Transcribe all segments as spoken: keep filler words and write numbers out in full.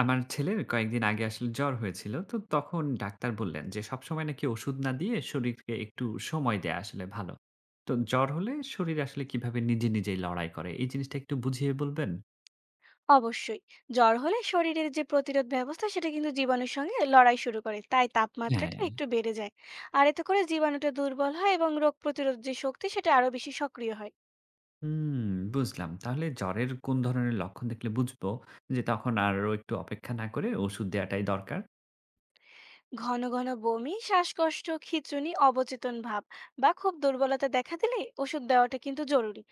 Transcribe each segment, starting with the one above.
আমার ছেলের কয়েকদিন আগে আসলে জ্বর হয়েছিল। তো তখন ডাক্তার বললেন যে সবসময় নাকি ওষুধ না দিয়ে শরীরকে একটু সময় দেয়া আসলে ভালো। তো জ্বর হলে শরীর আসলে কিভাবে নিজে নিজেই লড়াই করে এই জিনিসটা একটু বুঝিয়ে বলবেন? অবশ্যই। জ্বর হলে শরীরের যে প্রতিরোধ ব্যবস্থা সেটা কিন্তু জীবাণুর সঙ্গে লড়াই শুরু করে, তাই তাপমাত্রাটা হ্যাঁ। একটু বেড়ে যায়। আর এতে করে জীবাণুটা দুর্বল হয় এবং রোগ প্রতিরোধ যে শক্তি সেটা আরো বেশি সক্রিয় হয়। হুম, বুঝলাম। তাহলে জ্বরের কোন ধরনের লক্ষণ দেখলে বুঝবো যে তখন আরও একটু অপেক্ষা না করে ওষুধ দেয়াটাই দরকার? ঘন ঘন বমি, শ্বাসকষ্ট, খিঁচুনি, অবচেতন ভাব বা খুব দুর্বলতা দেখা দিলে ওষুধ দেওয়াটা কিন্তু জরুরি।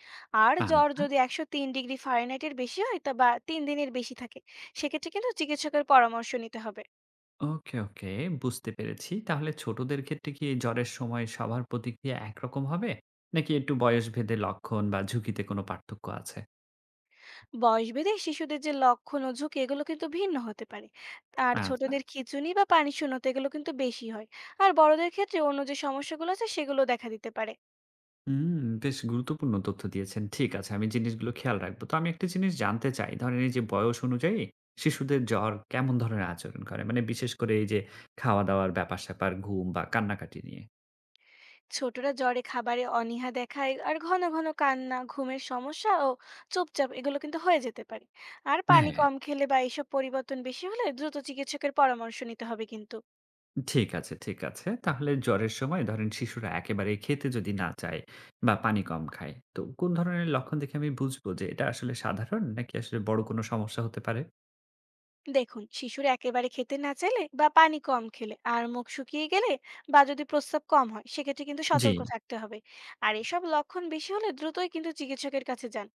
আর জ্বর আচ্ছা। যদি একশো তিন ডিগ্রি ফারেনহাইটের বেশি হয় তা বা তিন দিনের বেশি থাকে, সেক্ষেত্রে কিন্তু চিকিৎসকের পরামর্শ নিতে হবে। ওকে, ওকে বুঝতে পেরেছি। তাহলে ছোটদের ক্ষেত্রে কি এই জ্বরের সময় সবার প্রতিক্রিয়া একরকম হবে? নাকি একটু বয়স ভেদে লক্ষণ বা ঝুঁকিতে কোনো পার্থক্য আছে? বয়সভেদে শিশুদের যে লক্ষণ ও ঝুঁকি, এগুলো কিন্তু ভিন্ন হতে পারে। আর আচ্ছা। ছোটদের খিঁচুনি বা পানি শূন্যতা এগুলো কিন্তু বেশি হয়। আর বড়দের ক্ষেত্রে অন্য যে সমস্যাগুলো আছে সেগুলো দেখা দিতে পারে। হুম, বেশ গুরুত্বপূর্ণ তথ্য দিয়েছেন। ঠিক আছে, আমি জিনিসগুলো খেয়াল রাখবো। তো আমি একটা জিনিস জানতে চাই, ধরেন এই যে বয়স অনুযায়ী শিশুদের জ্বর কেমন ধরনের আচরণ করে? মানে বিশেষ করে এই যে খাওয়া-দাওয়ার ব্যাপার-স্যাপার, ঘুম বা কান্নাকাটি নিয়ে? ছোটরা জ্বরে খাবারে অনীহা দেখায়, আর ঘন ঘন কান্না, ঘুমের সমস্যা ও চুপচাপ, এগুলো কিন্তু হয়ে যেতে পারে। আর পানি হ্যাঁ। কম খেলে বা এইসব পরিবর্তন বেশি হলে দ্রুত চিকিৎসকের পরামর্শ নিতে হবে কিন্তু। ঠিক আছে, ঠিক আছে। তাহলে জ্বরের সময় ধরেন শিশুরা একেবারে খেতে যদি না চায় বা পানি কম খায়, তো কোন ধরনের লক্ষণ দেখে আমি বুঝবো যে এটা আসলে সাধারণ নাকি আসলে বড় কোনো সমস্যা হতে পারে? দেখুন, শিশুরা একেবারে খেতে না চাইলে বা পানি কম খেলে আর মুখ শুকিয়ে গেলে বা যদি প্রস্রাব কম হয়, সেক্ষেত্রে কিন্তু জি। সতর্ক থাকতে হবে। আর এসব লক্ষণ বেশি হলে দ্রুতই কিন্তু চিকিৎসকের কাছে যান।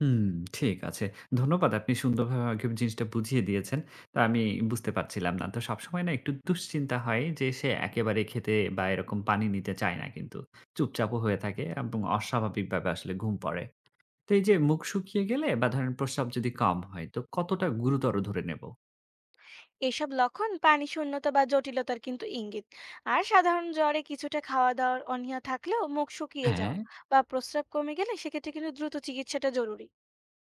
হুম, ঠিক আছে। ধন্যবাদ। আপনি সুন্দরভাবে আমাকে জিনিসটা বুঝিয়ে দিয়েছেন। তো আমি বুঝতে পারছিলাম না। তো সবসময় না একটু দুশ্চিন্তা হয় যে সে একেবারে খেতে বা এরকম পানি নিতে চায় না কিন্তু। চুপচাপও হয়ে থাকে এবং অস্বাভাবিকভাবে আসলে ঘুম পড়ে। তো এই যে মুখ শুকিয়ে গেলে বা ধরেন প্রস্রাব যদি কম হয় তো কতটা গুরুতর ধরে নেব? এসব লক্ষণ পানি শূন্যতা বা জটিলতার কিন্তু ইঙ্গিত। আর সাধারণ জ্বরে কিছুটা খাওয়া দাওয়ার অনীহা থাকলেও মুখ শুকিয়ে হ্যাঁ। যাওয়া বা প্রস্রাব কমে গেলে সেক্ষেত্রে কিন্তু দ্রুত চিকিৎসাটা জরুরি।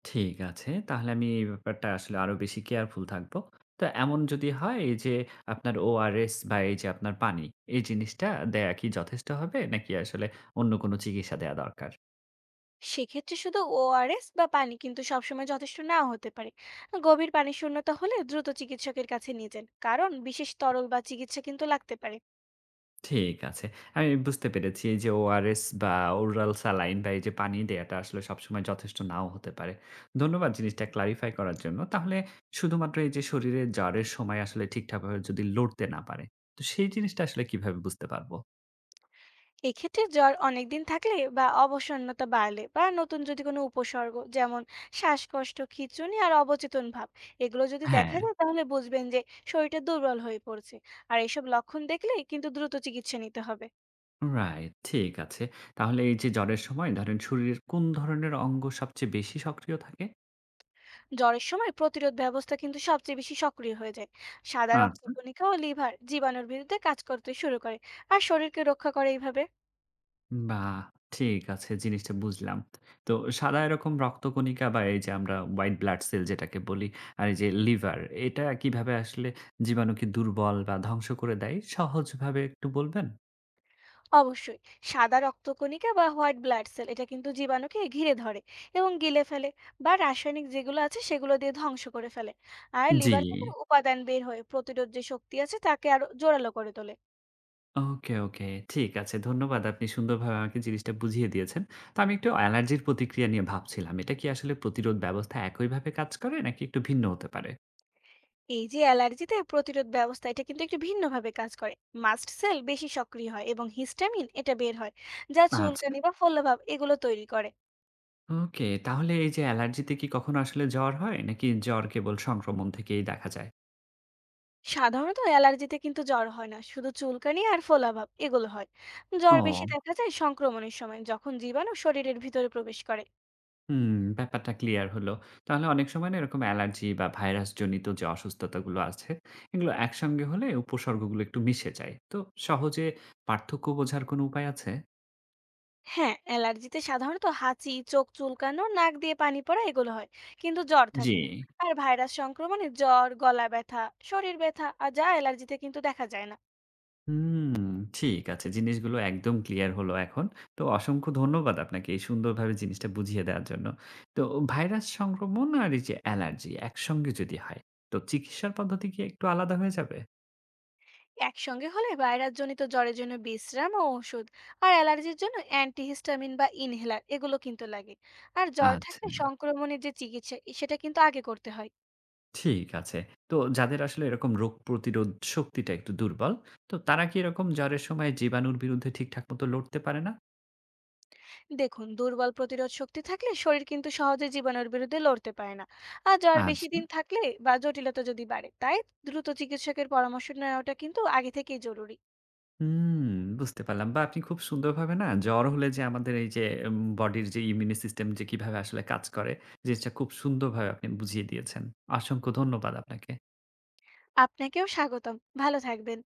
ঠিক আছে। তাহলে আমি এই ব্যাপারটা আসলে আরো বেশি কেয়ারফুল থাকবো। তো এমন যদি হয় এই যে আপনার ওআরএস বা এই যে আপনার পানি এই জিনিসটা দেয়া কি যথেষ্ট হবে? নাকি আসলে অন্য কোনো চিকিৎসা দেয়া দরকার? সেক্ষেত্রে শুধু ওআরএস বা পানি কিন্তু সবসময় যথেষ্ট নাও হতে পারে। গভীর পানি শূন্যতা হলে দ্রুত চিকিৎসকের কাছে নিয়ে যান, কারণ বিশেষ তরল বা চিকিৎসা কিন্তু লাগতে পারে। ঠিক আছে। আমি বুঝতে পেরেছি এই যে ওআরএস বা ওরাল স্যালাইন বা এই যে পানি দেয়াটা আসলে সবসময় যথেষ্ট নাও হতে পারে। ধন্যবাদ জিনিসটা ক্লারিফাই করার জন্য। তাহলে শুধুমাত্র এই যে শরীরে জ্বরের সময় আসলে ঠিকঠাকভাবে যদি লড়তে না পারে, তো সেই জিনিসটা আসলে কিভাবে বুঝতে পারবো? এক্ষেত্রে জ্বর অনেকদিন থাকলে বা অবসন্নতা বাড়লে বা নতুন যদি কোনো উপসর্গ যেমন শ্বাসকষ্ট, খিঁচুনি আর অবচেতন ভাব, এগুলো যদি হ্যাঁ, দেখা যায় তাহলে বুঝবেন যে শরীরটা দুর্বল হয়ে পড়ছে। আর এসব লক্ষণ দেখলে কিন্তু দ্রুত চিকিৎসা নিতে হবে। রাইট ঠিক আছে। তাহলে এই যে জ্বরের সময় ধরেন শরীরের কোন ধরনের অঙ্গ সবচেয়ে বেশি সক্রিয় থাকে? জ্বরের সময় প্রতিরোধ ব্যবস্থা কিন্তু সবচেয়ে বেশি সক্রিয় হয়ে যায়। সাদা আচ্ছা। রক্তকণিকা ও লিভার জীবাণুর বিরুদ্ধে কাজ করতে শুরু করে আর শরীরকে রক্ষা করে এইভাবে। বাহ! ঠিক আছে, জিনিসটা বুঝলাম। তো সাদা এরকম রক্তকণিকা বা এই যে আমরা white blood cell যেটাকে বলি, আর এই যে লিভার, এটা কিভাবে আসলে জীবাণুকে দুর্বল বা ধ্বংস করে দেয় সহজভাবে একটু বলবেন? অবশ্যই। সাদা রক্তকণিকা বা হোয়াইট ব্লাড সেল এটা কিন্তু জীবাণুকে ঘিরে ধরে এবং গিলে ফেলে, বা রাসায়নিক যেগুলো আছে সেগুলো দিয়ে ধ্বংস করে ফেলে। আর জি। লিভার থেকে উপাদান বের হয়ে প্রতিরোধ যে শক্তি আছে তাকে আরো জোরালো করে তোলে। ওকে, ওকে। ঠিক আছে। ধন্যবাদ। আপনি সুন্দরভাবে আমাকে জিনিসটা বুঝিয়ে দিয়েছেন। তো আমি একটু অ্যালার্জির প্রতিক্রিয়া নিয়ে ভাবছিলাম। এটা কি আসলে প্রতিরোধ ব্যবস্থা একইভাবে কাজ করে নাকি একটু ভিন্ন হতে পারে? এই যে অ্যালার্জিতে প্রতিরোধ ব্যবস্থা, এটা কিন্তু একটু ভিন্নভাবে কাজ করে। মাস্ট সেল বেশি সক্রিয় হয় এবং হিস্টামিন এটা বের হয়, যা আচ্ছা। চুলকানি বা ফোলাভাব এগুলো তৈরি করে। ওকে, তাহলে এই যে অ্যালার্জিতে কি কখনো আসলে জ্বর হয়? নাকি জ্বর কেবল সংক্রমণ থেকেই দেখা যায়? সাধারণত অ্যালার্জিতে কিন্তু জ্বর হয় না, শুধু চুলকানি আর ফোলাভাব এগুলো হয়। জ্বর বেশি ও! দেখা যায় সংক্রমণের সময়, যখন জীবাণু শরীরের ভিতরে প্রবেশ করে। হুম, ব্যাপারটা ক্লিয়ার হলো। তাহলে অনেক সময় না এরকম অ্যালার্জি বা ভাইরাস জনিত যে অসুস্থতাগুলো আছে, এগুলো একসঙ্গে হলে উপসর্গগুলো একটু মিশে যায়। তো সহজে পার্থক্য বোঝার কোনো উপায় আছে? হ্যাঁ, অ্যালার্জিতে সাধারণত হাঁচি, চোখ চুলকানো, নাক দিয়ে পানি পড়া এগুলো হয়, কিন্তু জ্বর জি। থাকে না। আর ভাইরাস সংক্রমণে জ্বর, গলা ব্যথা, শরীর ব্যথা আর যা অ্যালার্জিতে কিন্তু দেখা যায় না। হুম, ঠিক আছে। জিনিসগুলো একদম ক্লিয়ার হলো এখন। তো অসংখ্য ধন্যবাদ আপনাকে এই সুন্দরভাবে জিনিসটা বুঝিয়ে দেওয়ার জন্য। তো ভাইরাস সংক্রমণ আর এই যে অ্যালার্জি একসঙ্গে যদি হয়, তো চিকিৎসার পদ্ধতি কি একটু আলাদা হয়ে যাবে? একসঙ্গে হলে ভাইরাসজনিত জ্বরের জন্য বিশ্রাম ও ওষুধ আর অ্যালার্জির জন্য অ্যান্টিহিস্টামিন বা ইনহেলার এগুলো কিন্তু লাগে। আর জ্বর আচ্ছা, থাকলে না সংক্রমণের যে চিকিৎসা এ- সেটা কিন্তু আগে করতে হয়। ঠিক আছে। তো যাদের আসলে এরকম রোগ প্রতিরোধ শক্তিটা একটু দুর্বল, তো তারা কি এরকম জ্বরের সময় জীবাণুর বিরুদ্ধে ঠিকঠাক মতো লড়তে পারে না? দেখুন, দুর্বল প্রতিরোধ শক্তি থাকলে শরীর কিন্তু সহজে জীবাণুর বিরুদ্ধে লড়তে পারে না। আর জ্বর বেশি আচ্ছা। দিন থাকলে বা জটিলতা যদি বাড়ে, তাই দ্রুত চিকিৎসকের পরামর্শ নেওয়াটা কিন্তু আগে থেকেই জরুরি। হুম, বুঝতে পারলাম। বা আপনি খুব সুন্দরভাবে না জ্বর হলে যে আমাদের এই যে উম বডির যে ইমিউনি সিস্টেম যে কিভাবে আসলে কাজ করে, জিনিসটা খুব সুন্দরভাবে আপনি বুঝিয়ে দিয়েছেন। অসংখ্য ধন্যবাদ আপনাকে। আপনাকেও স্বাগতম। ভালো থাকবেন।